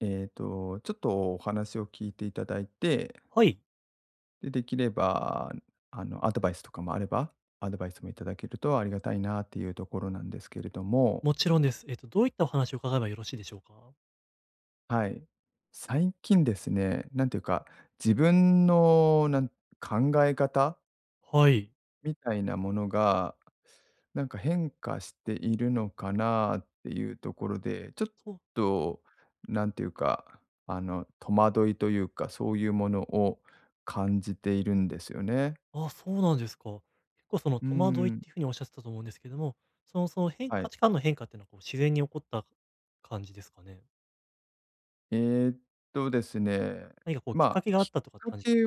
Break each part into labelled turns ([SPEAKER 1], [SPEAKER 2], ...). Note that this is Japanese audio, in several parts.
[SPEAKER 1] ちょっとお話を聞いていただいて、
[SPEAKER 2] はい、
[SPEAKER 1] で、できれば、アドバイスとかもあれば、アドバイスもいただけるとありがたいなっていうところなんですけれども、
[SPEAKER 2] もちろんです。どういったお話を伺えばよろしいでしょうか？
[SPEAKER 1] はい。最近ですね、なんていうか、自分の考え方
[SPEAKER 2] はい。
[SPEAKER 1] みたいなものが、なんか変化しているのかなっていうところで、ちょっ
[SPEAKER 2] そう
[SPEAKER 1] となんていうか、戸惑いというか、そういうものを感じているんですよね。
[SPEAKER 2] そうなんですか。結構その
[SPEAKER 1] う
[SPEAKER 2] 戸惑いっ
[SPEAKER 1] ん、
[SPEAKER 2] ていう風におっしゃってたと思うんですけども、その
[SPEAKER 1] は
[SPEAKER 2] 価
[SPEAKER 1] い。
[SPEAKER 2] 値観の変化っていうのはこう自然に起こった感じですかね？
[SPEAKER 1] えーっですね、
[SPEAKER 2] 何かこうき
[SPEAKER 1] ま
[SPEAKER 2] っか
[SPEAKER 1] あ、
[SPEAKER 2] けがあ
[SPEAKER 1] きっ
[SPEAKER 2] ったとかって
[SPEAKER 1] か
[SPEAKER 2] 感じですか？
[SPEAKER 1] け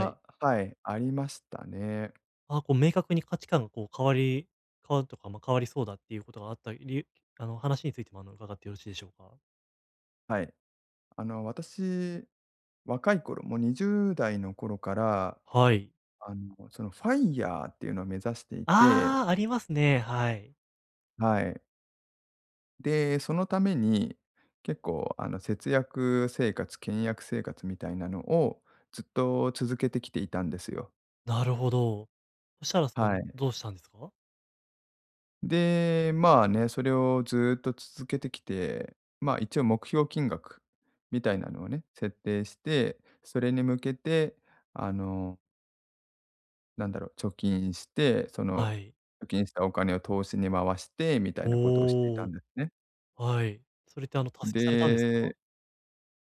[SPEAKER 2] はい。
[SPEAKER 1] はい、ありましたね。
[SPEAKER 2] あ、こう明確に価値観がこう変わるとか、まあ、変わりそうだっていうことがあったり話についても伺ってよろしいでしょうか？
[SPEAKER 1] はい。私、若い頃、もう20代の頃から、
[SPEAKER 2] はい。
[SPEAKER 1] そのファイ r ーっていうのを目指していて。
[SPEAKER 2] ああ、ありますね、はい。
[SPEAKER 1] はい。で、そのために、結構節約生活、倹約生活みたいなのをずっと続けてきていたんですよ。
[SPEAKER 2] なるほど。そしたらそ
[SPEAKER 1] は
[SPEAKER 2] の
[SPEAKER 1] い。
[SPEAKER 2] どうしたんですか？
[SPEAKER 1] で、まあね、それをずっと続けてきて、まあ一応目標金額みたいなのをね、設定して、それに向けて、あの、なんだろう、貯金して、その
[SPEAKER 2] はい。
[SPEAKER 1] 貯金したお金を投資に回してみたいなことをしていた
[SPEAKER 2] お
[SPEAKER 1] ん
[SPEAKER 2] お、
[SPEAKER 1] ですね。
[SPEAKER 2] はい。それって達成されたんですか？
[SPEAKER 1] で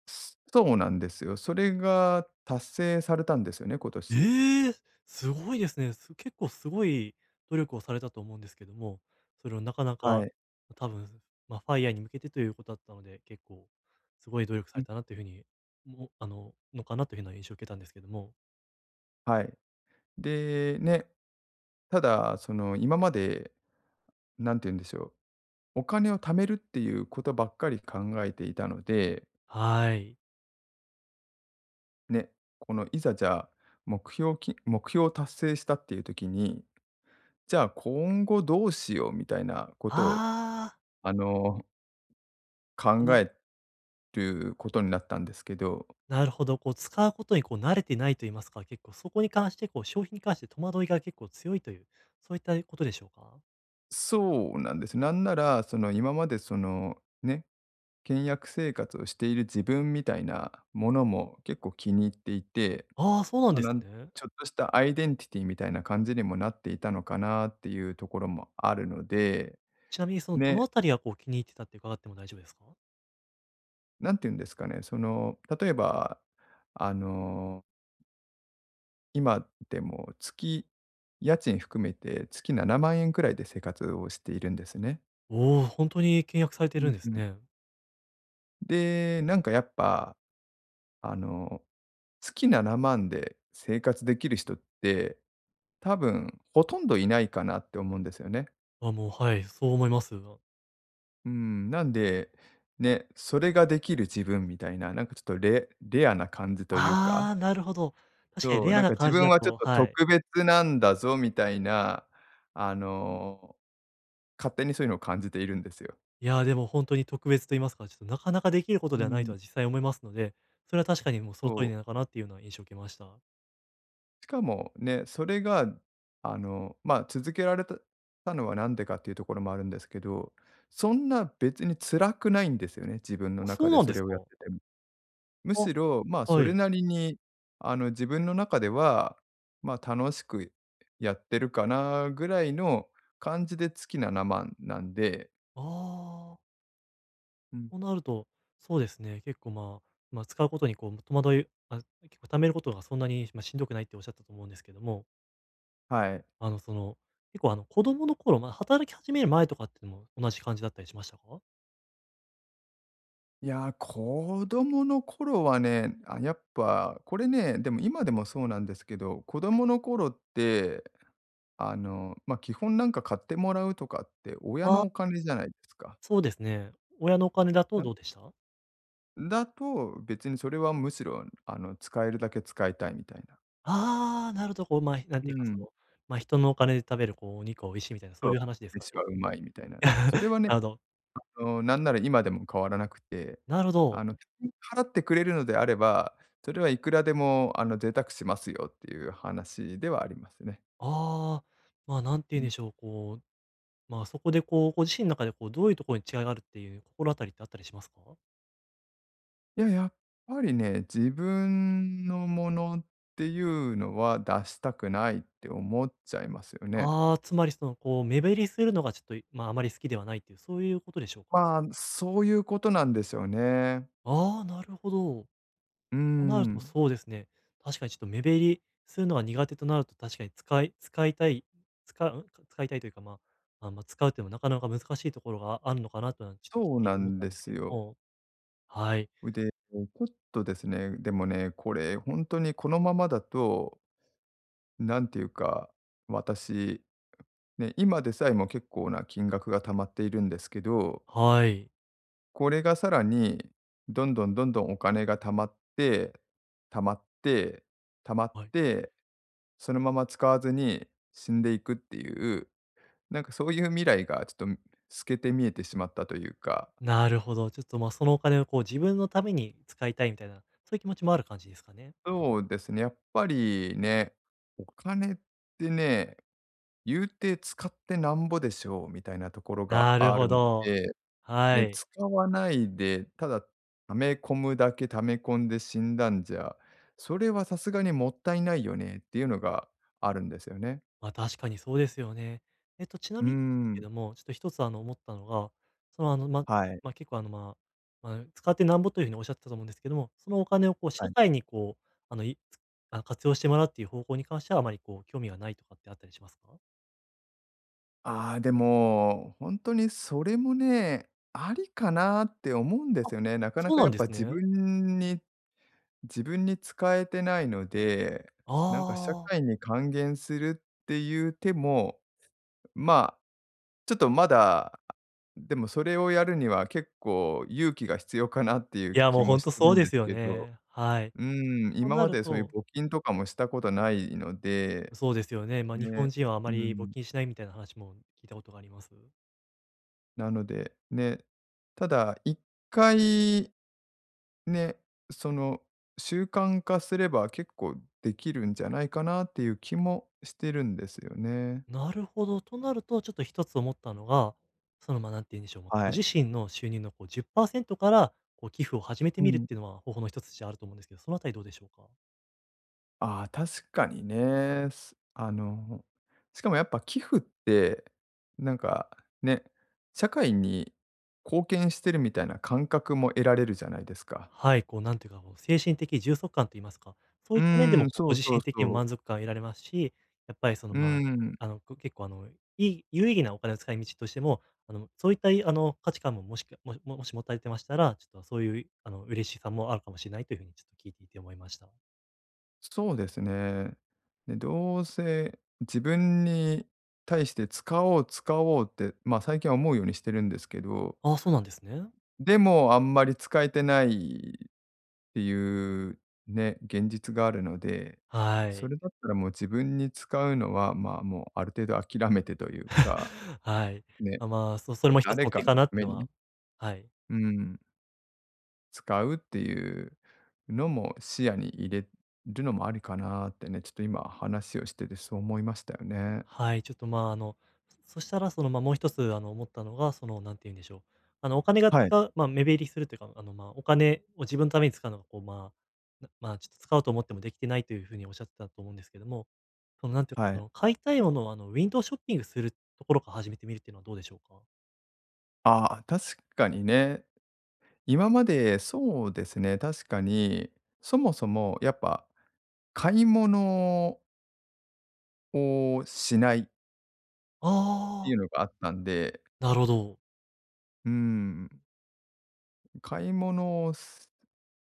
[SPEAKER 1] そうなんですよ。それが達成されたんですよね、今年。
[SPEAKER 2] ええ、すごいですね。結構すごい努力をされたと思うんですけども、それをなかな
[SPEAKER 1] は
[SPEAKER 2] か、
[SPEAKER 1] い。
[SPEAKER 2] 多分、まあ、ファイヤーに向けてということだったので、結構すごい努力さ
[SPEAKER 1] う
[SPEAKER 2] れ
[SPEAKER 1] ん、
[SPEAKER 2] たなという風に、ものかなというふうな印象を受けたんですけども。
[SPEAKER 1] はい。で、ね、ただ、その、今まで、なんて言うんでしょう、お金を貯めるっていうことばっかり考えていたので、
[SPEAKER 2] はい。
[SPEAKER 1] ね、このいざ、じゃあ、目標を達成したっていう時に、じゃあ、今後どうしようみたいなことを、
[SPEAKER 2] ああ、
[SPEAKER 1] あの、考
[SPEAKER 2] な
[SPEAKER 1] えることになったんですけど、
[SPEAKER 2] なるほど、こう使うことにこう慣れてないと言いますか、結構そこに関してこう消費に関して戸惑いが結構強いという、そういったことでしょうか？
[SPEAKER 1] そうなんです。なんなら、その、今まで、その、ね、倹約生活をしている自分みたいなものも結構気に入っていて、
[SPEAKER 2] ああー、そうなん
[SPEAKER 1] まあ、
[SPEAKER 2] ですね。
[SPEAKER 1] ちょっとしたアイデンティティみたいな感じにもなっていたのかなっていうところもあるので、
[SPEAKER 2] ちなみにその、どの
[SPEAKER 1] ね、
[SPEAKER 2] あたりがこう気に入ってたって伺っても大丈夫ですか？
[SPEAKER 1] なんて言うんですかね、その、例えば、あの、今でも家賃含めて月7万円くらいで生活をしているんですね。
[SPEAKER 2] おお、ほんとに倹約されて
[SPEAKER 1] う
[SPEAKER 2] るん
[SPEAKER 1] ん
[SPEAKER 2] で
[SPEAKER 1] う
[SPEAKER 2] す
[SPEAKER 1] ん。
[SPEAKER 2] ね。
[SPEAKER 1] で、なんかやっぱあの、月7万で生活できる人って、多分ほとんどいないかなって思うんですよね。
[SPEAKER 2] あ、もう、はい、そう思います。
[SPEAKER 1] うん、なんで、ね、それができる自分みたいな、なんかちょっとレアな感じというか、
[SPEAKER 2] ああ、なるほど。確かに
[SPEAKER 1] そう、
[SPEAKER 2] レア
[SPEAKER 1] なん
[SPEAKER 2] な
[SPEAKER 1] か自
[SPEAKER 2] 感じ
[SPEAKER 1] 分
[SPEAKER 2] だ
[SPEAKER 1] はちょっ
[SPEAKER 2] と、
[SPEAKER 1] と
[SPEAKER 2] はい。
[SPEAKER 1] 特別なんだぞみたいな、あの、勝手にそういうのを感じているんですよ。
[SPEAKER 2] いや、でもほんとに特別と言いますか、ちょっとなかなかできること
[SPEAKER 1] う
[SPEAKER 2] ではないと
[SPEAKER 1] ん、
[SPEAKER 2] は実際思いますので、それは確かにもうその通
[SPEAKER 1] そ
[SPEAKER 2] りなの
[SPEAKER 1] う。
[SPEAKER 2] かなっていうような印象を受けました。
[SPEAKER 1] しかもね、それが、まあ、続けられたのはなんでかっていうところもあるんですけど、そんな別に辛くないんですよね、自分の
[SPEAKER 2] あ、そ
[SPEAKER 1] 中
[SPEAKER 2] う
[SPEAKER 1] で
[SPEAKER 2] なん
[SPEAKER 1] そ
[SPEAKER 2] です
[SPEAKER 1] れを
[SPEAKER 2] か。
[SPEAKER 1] やってても。む
[SPEAKER 2] あ、
[SPEAKER 1] しろ、まあ、そ
[SPEAKER 2] は
[SPEAKER 1] れ
[SPEAKER 2] い。
[SPEAKER 1] なりに、自分の中では、まあ、楽しくやってるかなぐらいの感じで月7万なんで、
[SPEAKER 2] ああ、
[SPEAKER 1] うん。
[SPEAKER 2] となると、そうですね、結構、まあ、使うことにこう戸惑い結構貯めることがそんなに、ま、しんどくないっておっしゃったと思うんですけども、
[SPEAKER 1] はい。
[SPEAKER 2] その、結構子供の頃、まあ、働き始める前とかっていうのも同じ感じだったりしましたか？
[SPEAKER 1] いやー、子供の頃はね、あ、やっぱこれね、でも今でもそうなんですけど、子供の頃ってまあ、基本なんか買ってもらうとかって親
[SPEAKER 2] ああ、
[SPEAKER 1] のお金じゃないですか。
[SPEAKER 2] そうですね。親のお金だと
[SPEAKER 1] な
[SPEAKER 2] どうでした？
[SPEAKER 1] だと、別にそれはむしろ、使えるだけ使いたいみたいな。
[SPEAKER 2] ああ、なるほど、こう、まあ、なん
[SPEAKER 1] う
[SPEAKER 2] ていうか、そ
[SPEAKER 1] ん。
[SPEAKER 2] の、まあ、人のお金で食べる、こう、お肉は美味しいみたいな、そ
[SPEAKER 1] そ
[SPEAKER 2] う
[SPEAKER 1] う、
[SPEAKER 2] いう話ですか
[SPEAKER 1] 飯は
[SPEAKER 2] ね？
[SPEAKER 1] うまいみたいな。それはね、
[SPEAKER 2] なるほど。
[SPEAKER 1] なんなら今でも変わらなくて、
[SPEAKER 2] なるほ
[SPEAKER 1] あ
[SPEAKER 2] ど。
[SPEAKER 1] の、払ってくれるのであれば、それはいくらでも、贅沢しますよっていう話ではありますね。
[SPEAKER 2] ああ、まあ、なんて言
[SPEAKER 1] う
[SPEAKER 2] うんで
[SPEAKER 1] ん。
[SPEAKER 2] しょう、こう、まあ、そこで、こう、ご自身の中で、こう、どういうところに違いがあるっていう心当たりってあったりしますか？
[SPEAKER 1] いや、やっぱりね、自分のものっていうのは出したくないって思っちゃいますよね。
[SPEAKER 2] ああー、つまり、その、こう、目減りするのがちょっと、まあ、あまり好きではないっていう、そういうことでしょうか？
[SPEAKER 1] まあ、そういうことなんですよね。
[SPEAKER 2] ああ、なるほど。
[SPEAKER 1] うー
[SPEAKER 2] となると、
[SPEAKER 1] ん、
[SPEAKER 2] そうですね。確かにちょっと目減りするのは苦手となると、確かに使いたい、使う使いたいというか、まあ、まあ、使うとていうのもなかなか難しいところがあるのかなとは、ちょっと聞
[SPEAKER 1] そ
[SPEAKER 2] い
[SPEAKER 1] う
[SPEAKER 2] てい
[SPEAKER 1] な
[SPEAKER 2] て思っ
[SPEAKER 1] ん
[SPEAKER 2] たん
[SPEAKER 1] で
[SPEAKER 2] です
[SPEAKER 1] す
[SPEAKER 2] けど
[SPEAKER 1] よ。
[SPEAKER 2] も。はい。
[SPEAKER 1] で、ちょっとですね、でもね、これほんとにこのままだと、なんていうか、私、ね、今でさえも結構な金額が貯まっているんですけど、
[SPEAKER 2] はい。
[SPEAKER 1] これがさらに、どんどんどんどんお金が貯まって、貯まって、貯まっ
[SPEAKER 2] はい。
[SPEAKER 1] て、そのまま使わずに死んでいくっていう、なんかそういう未来がちょっと透けて見えてしまったというか、
[SPEAKER 2] なるほど。ちょっと、まあ、そのお金をこう自分のために使いたいみたいな、そういう気持ちもある感じですかね。
[SPEAKER 1] そうですね、やっぱりね、お金ってね、言うて使ってなんぼでしょうみたいなところが
[SPEAKER 2] なる
[SPEAKER 1] あ
[SPEAKER 2] ほ
[SPEAKER 1] るの
[SPEAKER 2] ど。
[SPEAKER 1] で
[SPEAKER 2] は
[SPEAKER 1] ね、
[SPEAKER 2] い。
[SPEAKER 1] 使わないで、ただ溜め込むだけ溜め込んで死んだんじゃ、それはさすがにもったいないよねっていうのがあるんですよね。
[SPEAKER 2] まあ、確かにそうですよね。ちな
[SPEAKER 1] うー
[SPEAKER 2] みにですけ
[SPEAKER 1] ん、
[SPEAKER 2] ども、ちょっと一つ思ったのが、その、
[SPEAKER 1] はい、
[SPEAKER 2] 結構まあ、使ってなんぼというふうにおっしゃってたと思うんですけども、そのお金をこう
[SPEAKER 1] は
[SPEAKER 2] 社
[SPEAKER 1] い。
[SPEAKER 2] 会にこう、あの、いあの、活用してもらうっていう方向に関してはあまりこう興味がないとかってあったりしますか？
[SPEAKER 1] ああ、でも、ほんとにそれもね、ありかなって思うんで
[SPEAKER 2] あ、
[SPEAKER 1] すよね。なかな
[SPEAKER 2] そう
[SPEAKER 1] か
[SPEAKER 2] な
[SPEAKER 1] や
[SPEAKER 2] ん
[SPEAKER 1] っ
[SPEAKER 2] で
[SPEAKER 1] ぱ
[SPEAKER 2] す
[SPEAKER 1] 自
[SPEAKER 2] ね。
[SPEAKER 1] 分に自分に使えてないので、なんか社
[SPEAKER 2] ああ。
[SPEAKER 1] 会に還元するっていう手も、まあ、ちょっとまだでもそれをやるには結構勇気が必要かなっていう
[SPEAKER 2] いや、
[SPEAKER 1] 気
[SPEAKER 2] もうほ
[SPEAKER 1] も
[SPEAKER 2] ん
[SPEAKER 1] し
[SPEAKER 2] と
[SPEAKER 1] てる
[SPEAKER 2] そう
[SPEAKER 1] ん
[SPEAKER 2] で
[SPEAKER 1] です
[SPEAKER 2] すよ
[SPEAKER 1] けど、
[SPEAKER 2] ね。はい。
[SPEAKER 1] うーん、
[SPEAKER 2] と
[SPEAKER 1] 今
[SPEAKER 2] な
[SPEAKER 1] ま
[SPEAKER 2] る
[SPEAKER 1] でそういう
[SPEAKER 2] と、
[SPEAKER 1] 募金とかもしたことないので、
[SPEAKER 2] そうですよね。ま、日
[SPEAKER 1] ね、
[SPEAKER 2] 本人はあま
[SPEAKER 1] う
[SPEAKER 2] り募
[SPEAKER 1] ん、
[SPEAKER 2] 金しないみたいな話も聞いたことがあります。
[SPEAKER 1] なので、ね、ただ一回ね、その習慣化すれば結構できるんじゃないかなっていう気もしてるんですよね。
[SPEAKER 2] なるほど。となると、ちょっと一つ思ったのが、その、まあ、なんて言うんでしょう、
[SPEAKER 1] は
[SPEAKER 2] ご自
[SPEAKER 1] い。
[SPEAKER 2] 身の収入のこう10%から、こう寄付を始めて
[SPEAKER 1] う
[SPEAKER 2] みるっ
[SPEAKER 1] ん。
[SPEAKER 2] ていうのは方法の一つとしてあると思うんですけど、そのあたりどうでしょうか？
[SPEAKER 1] ああ、確かにね。すあの、しかもやっぱ寄付って、なんかね、社会に貢献してるみたいな感覚も得られるじゃないですか。
[SPEAKER 2] はい、こうなんていうか、こう精神的充足感と言いますか、そう
[SPEAKER 1] う
[SPEAKER 2] いった面で
[SPEAKER 1] ーん、
[SPEAKER 2] もこう
[SPEAKER 1] そ
[SPEAKER 2] ご
[SPEAKER 1] う
[SPEAKER 2] 自
[SPEAKER 1] そう
[SPEAKER 2] 身的にも
[SPEAKER 1] そう。
[SPEAKER 2] 満足感を得られますし、やっぱりその、
[SPEAKER 1] うー
[SPEAKER 2] ま
[SPEAKER 1] ん、
[SPEAKER 2] あ、結構いい有意義なお金の使い道としても、そういったいあの、価値観ももしかもももし持たれてましたら、ちょっとそういう嬉しさもあるかもしれないというふうにちょっと聞いていて思いました。
[SPEAKER 1] そうですね。で、どうせ自分に対して使おう使おうって、まあ、最近は思うようにしてるんですけど、
[SPEAKER 2] ああ、そうなんですね。
[SPEAKER 1] でもあんまり使えてないっていうね、現実があるので、
[SPEAKER 2] は
[SPEAKER 1] そ
[SPEAKER 2] い。
[SPEAKER 1] れだったらもう自分に使うのは、まあ、もうある程度諦めてというか、
[SPEAKER 2] はい。
[SPEAKER 1] ね、
[SPEAKER 2] あ、まあ、それ
[SPEAKER 1] ま、
[SPEAKER 2] も一つ
[SPEAKER 1] 誰
[SPEAKER 2] の
[SPEAKER 1] か
[SPEAKER 2] 手
[SPEAKER 1] の
[SPEAKER 2] か
[SPEAKER 1] た
[SPEAKER 2] なってい
[SPEAKER 1] め
[SPEAKER 2] うの
[SPEAKER 1] に、
[SPEAKER 2] は、はい。
[SPEAKER 1] うん、使うっていうのも視野に入れるのもありかなってね、ちょっと今話をしててそう思いましたよね。
[SPEAKER 2] はい、ちょっと、まあ、そしたら、その、まあ、もう一つ、思ったのが、その、なんて言うんでしょう、お金が
[SPEAKER 1] はい、
[SPEAKER 2] 使うまあ、目減りするというか、まあ、お金を自分のために使うのが、こう、まあ、ちょっと使おうと思ってもできてないというふうにおっしゃってたと思うんですけども、その、なんていうか、
[SPEAKER 1] は
[SPEAKER 2] そ
[SPEAKER 1] い。
[SPEAKER 2] の、買いたいものを、ウィンドウショッピングするところから始めてみるっていうのはどうでしょうか？
[SPEAKER 1] ああ、確かにね。今までそうですね、確かに、そもそもやっぱ買い物をしないて
[SPEAKER 2] ああ
[SPEAKER 1] いう
[SPEAKER 2] ー、
[SPEAKER 1] のがあったんで、
[SPEAKER 2] なるほど。
[SPEAKER 1] うん、買い物をす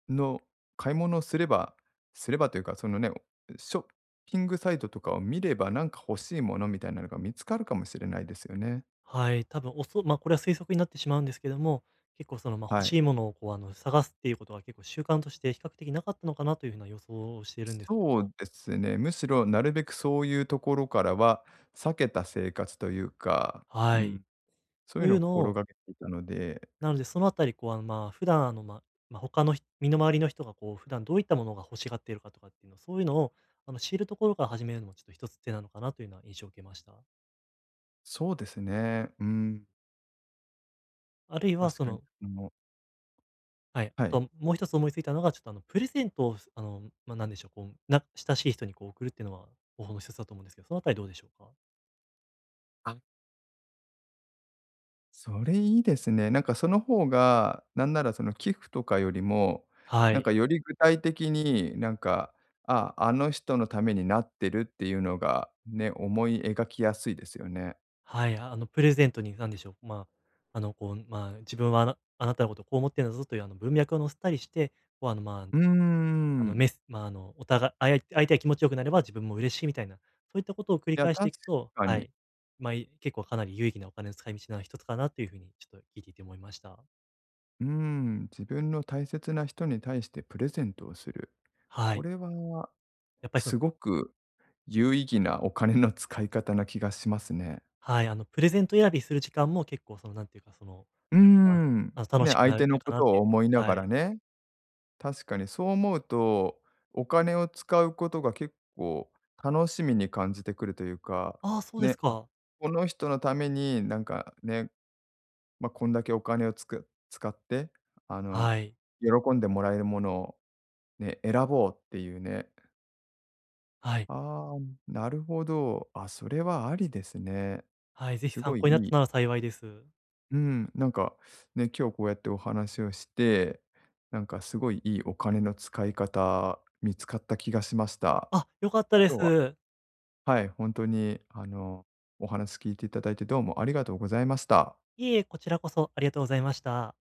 [SPEAKER 1] の買い物をすればというか、そのね、ショッピングサイトとかを見れば、なんか欲しいものみたいなのが見つかるかもしれないですよね。
[SPEAKER 2] はい、多分おそまあ、これは推測になってしまうんですけども、結構その、まあ、欲
[SPEAKER 1] はい。
[SPEAKER 2] しいものをこう、探すっていうことが結構習慣として比較的なかったのかなというふうな予想をしているんですけ
[SPEAKER 1] そ
[SPEAKER 2] ど
[SPEAKER 1] う
[SPEAKER 2] も。
[SPEAKER 1] ですね、むしろなるべくそういうところからは避けた生活というか、う
[SPEAKER 2] はい。
[SPEAKER 1] ん、そうい
[SPEAKER 2] と
[SPEAKER 1] う
[SPEAKER 2] い
[SPEAKER 1] のを
[SPEAKER 2] うの
[SPEAKER 1] 心
[SPEAKER 2] を、
[SPEAKER 1] がけていたので、
[SPEAKER 2] なのでそのあたり、こう、普段まあ、他の人身の回りの人がこう、普段どういったものが欲しがっているかとかっていうの、そういうのを、知るところから始めるのもちょっと一つ手なのかなというのは印象を受けました。
[SPEAKER 1] そうですね、うん、
[SPEAKER 2] あるいは
[SPEAKER 1] 確
[SPEAKER 2] そ
[SPEAKER 1] かに、
[SPEAKER 2] の、
[SPEAKER 1] あの
[SPEAKER 2] はい。
[SPEAKER 1] は
[SPEAKER 2] あ
[SPEAKER 1] い。
[SPEAKER 2] と、もう一つ思いついたのが、ちょっとプレゼントを、まあ、なんでしょう、こう、親しい人にこう送るっていうのは方法の一つだと思うんですけど、そのあたりどうでしょうか？
[SPEAKER 1] それいいですね。なんかその方が、なんならその寄付とかよりも、
[SPEAKER 2] は
[SPEAKER 1] なん
[SPEAKER 2] い。
[SPEAKER 1] かより具体的になんか、あ、あの人のためになってるっていうのがね、思い描きやすいですよね。
[SPEAKER 2] はい、プレゼントになんでしょう、まあ、こう、まあ、自分はあなたのことをこう思ってるんだぞという文脈を載せたりして、こう、
[SPEAKER 1] うーん。
[SPEAKER 2] メスまあ、あの、お互い相手が気持ちよくなれば自分も嬉しいみたいな、そういったことを繰
[SPEAKER 1] い
[SPEAKER 2] り
[SPEAKER 1] や、
[SPEAKER 2] 返して
[SPEAKER 1] 確
[SPEAKER 2] いくと、
[SPEAKER 1] か
[SPEAKER 2] は
[SPEAKER 1] に。
[SPEAKER 2] い。まあ、結構かなり有意義なお金の使い道の一つかなというふうにちょっと聞いていて思いました。
[SPEAKER 1] うーん、自分の大切な人に対してプレゼントをする。
[SPEAKER 2] は
[SPEAKER 1] こ
[SPEAKER 2] い。
[SPEAKER 1] れは
[SPEAKER 2] やっぱりその、
[SPEAKER 1] すごく有意義なお金の使い方な気がしますね。
[SPEAKER 2] はい、プレゼント選びする時間も結構その、なんていうか、その、
[SPEAKER 1] うー
[SPEAKER 2] まあ
[SPEAKER 1] ん。
[SPEAKER 2] あの、楽
[SPEAKER 1] ね、
[SPEAKER 2] しく
[SPEAKER 1] 相
[SPEAKER 2] な
[SPEAKER 1] 手
[SPEAKER 2] る
[SPEAKER 1] の
[SPEAKER 2] か
[SPEAKER 1] こ
[SPEAKER 2] な
[SPEAKER 1] と
[SPEAKER 2] って
[SPEAKER 1] を
[SPEAKER 2] いう、
[SPEAKER 1] 思いな
[SPEAKER 2] は
[SPEAKER 1] がら
[SPEAKER 2] い。
[SPEAKER 1] ね、確かにそう思うと、お金を使うことが結構楽しみに感じてくるというか、
[SPEAKER 2] ああ、そうです
[SPEAKER 1] ね、あ、
[SPEAKER 2] か。
[SPEAKER 1] この人のためになんかね、まあ、こんだけお金を使って、あの、
[SPEAKER 2] はい。
[SPEAKER 1] 喜んでもらえるものをね、選ぼうっていうね。
[SPEAKER 2] はい。
[SPEAKER 1] ああ、なるほど。あ、それはありですね。
[SPEAKER 2] はい、ぜひ
[SPEAKER 1] す
[SPEAKER 2] 参
[SPEAKER 1] ごい
[SPEAKER 2] 考になった
[SPEAKER 1] いい。
[SPEAKER 2] なら幸いです。
[SPEAKER 1] うん、なんか、ね、今日こうやってお話をして、なんかすごいいいお金の使い方見つかった気がしました。
[SPEAKER 2] あ、良かったで
[SPEAKER 1] 今日は、
[SPEAKER 2] す。
[SPEAKER 1] はい、本当にお話聞いていただいてどうもありがとうございました。
[SPEAKER 2] いえいえ、こちらこそありがとうございました。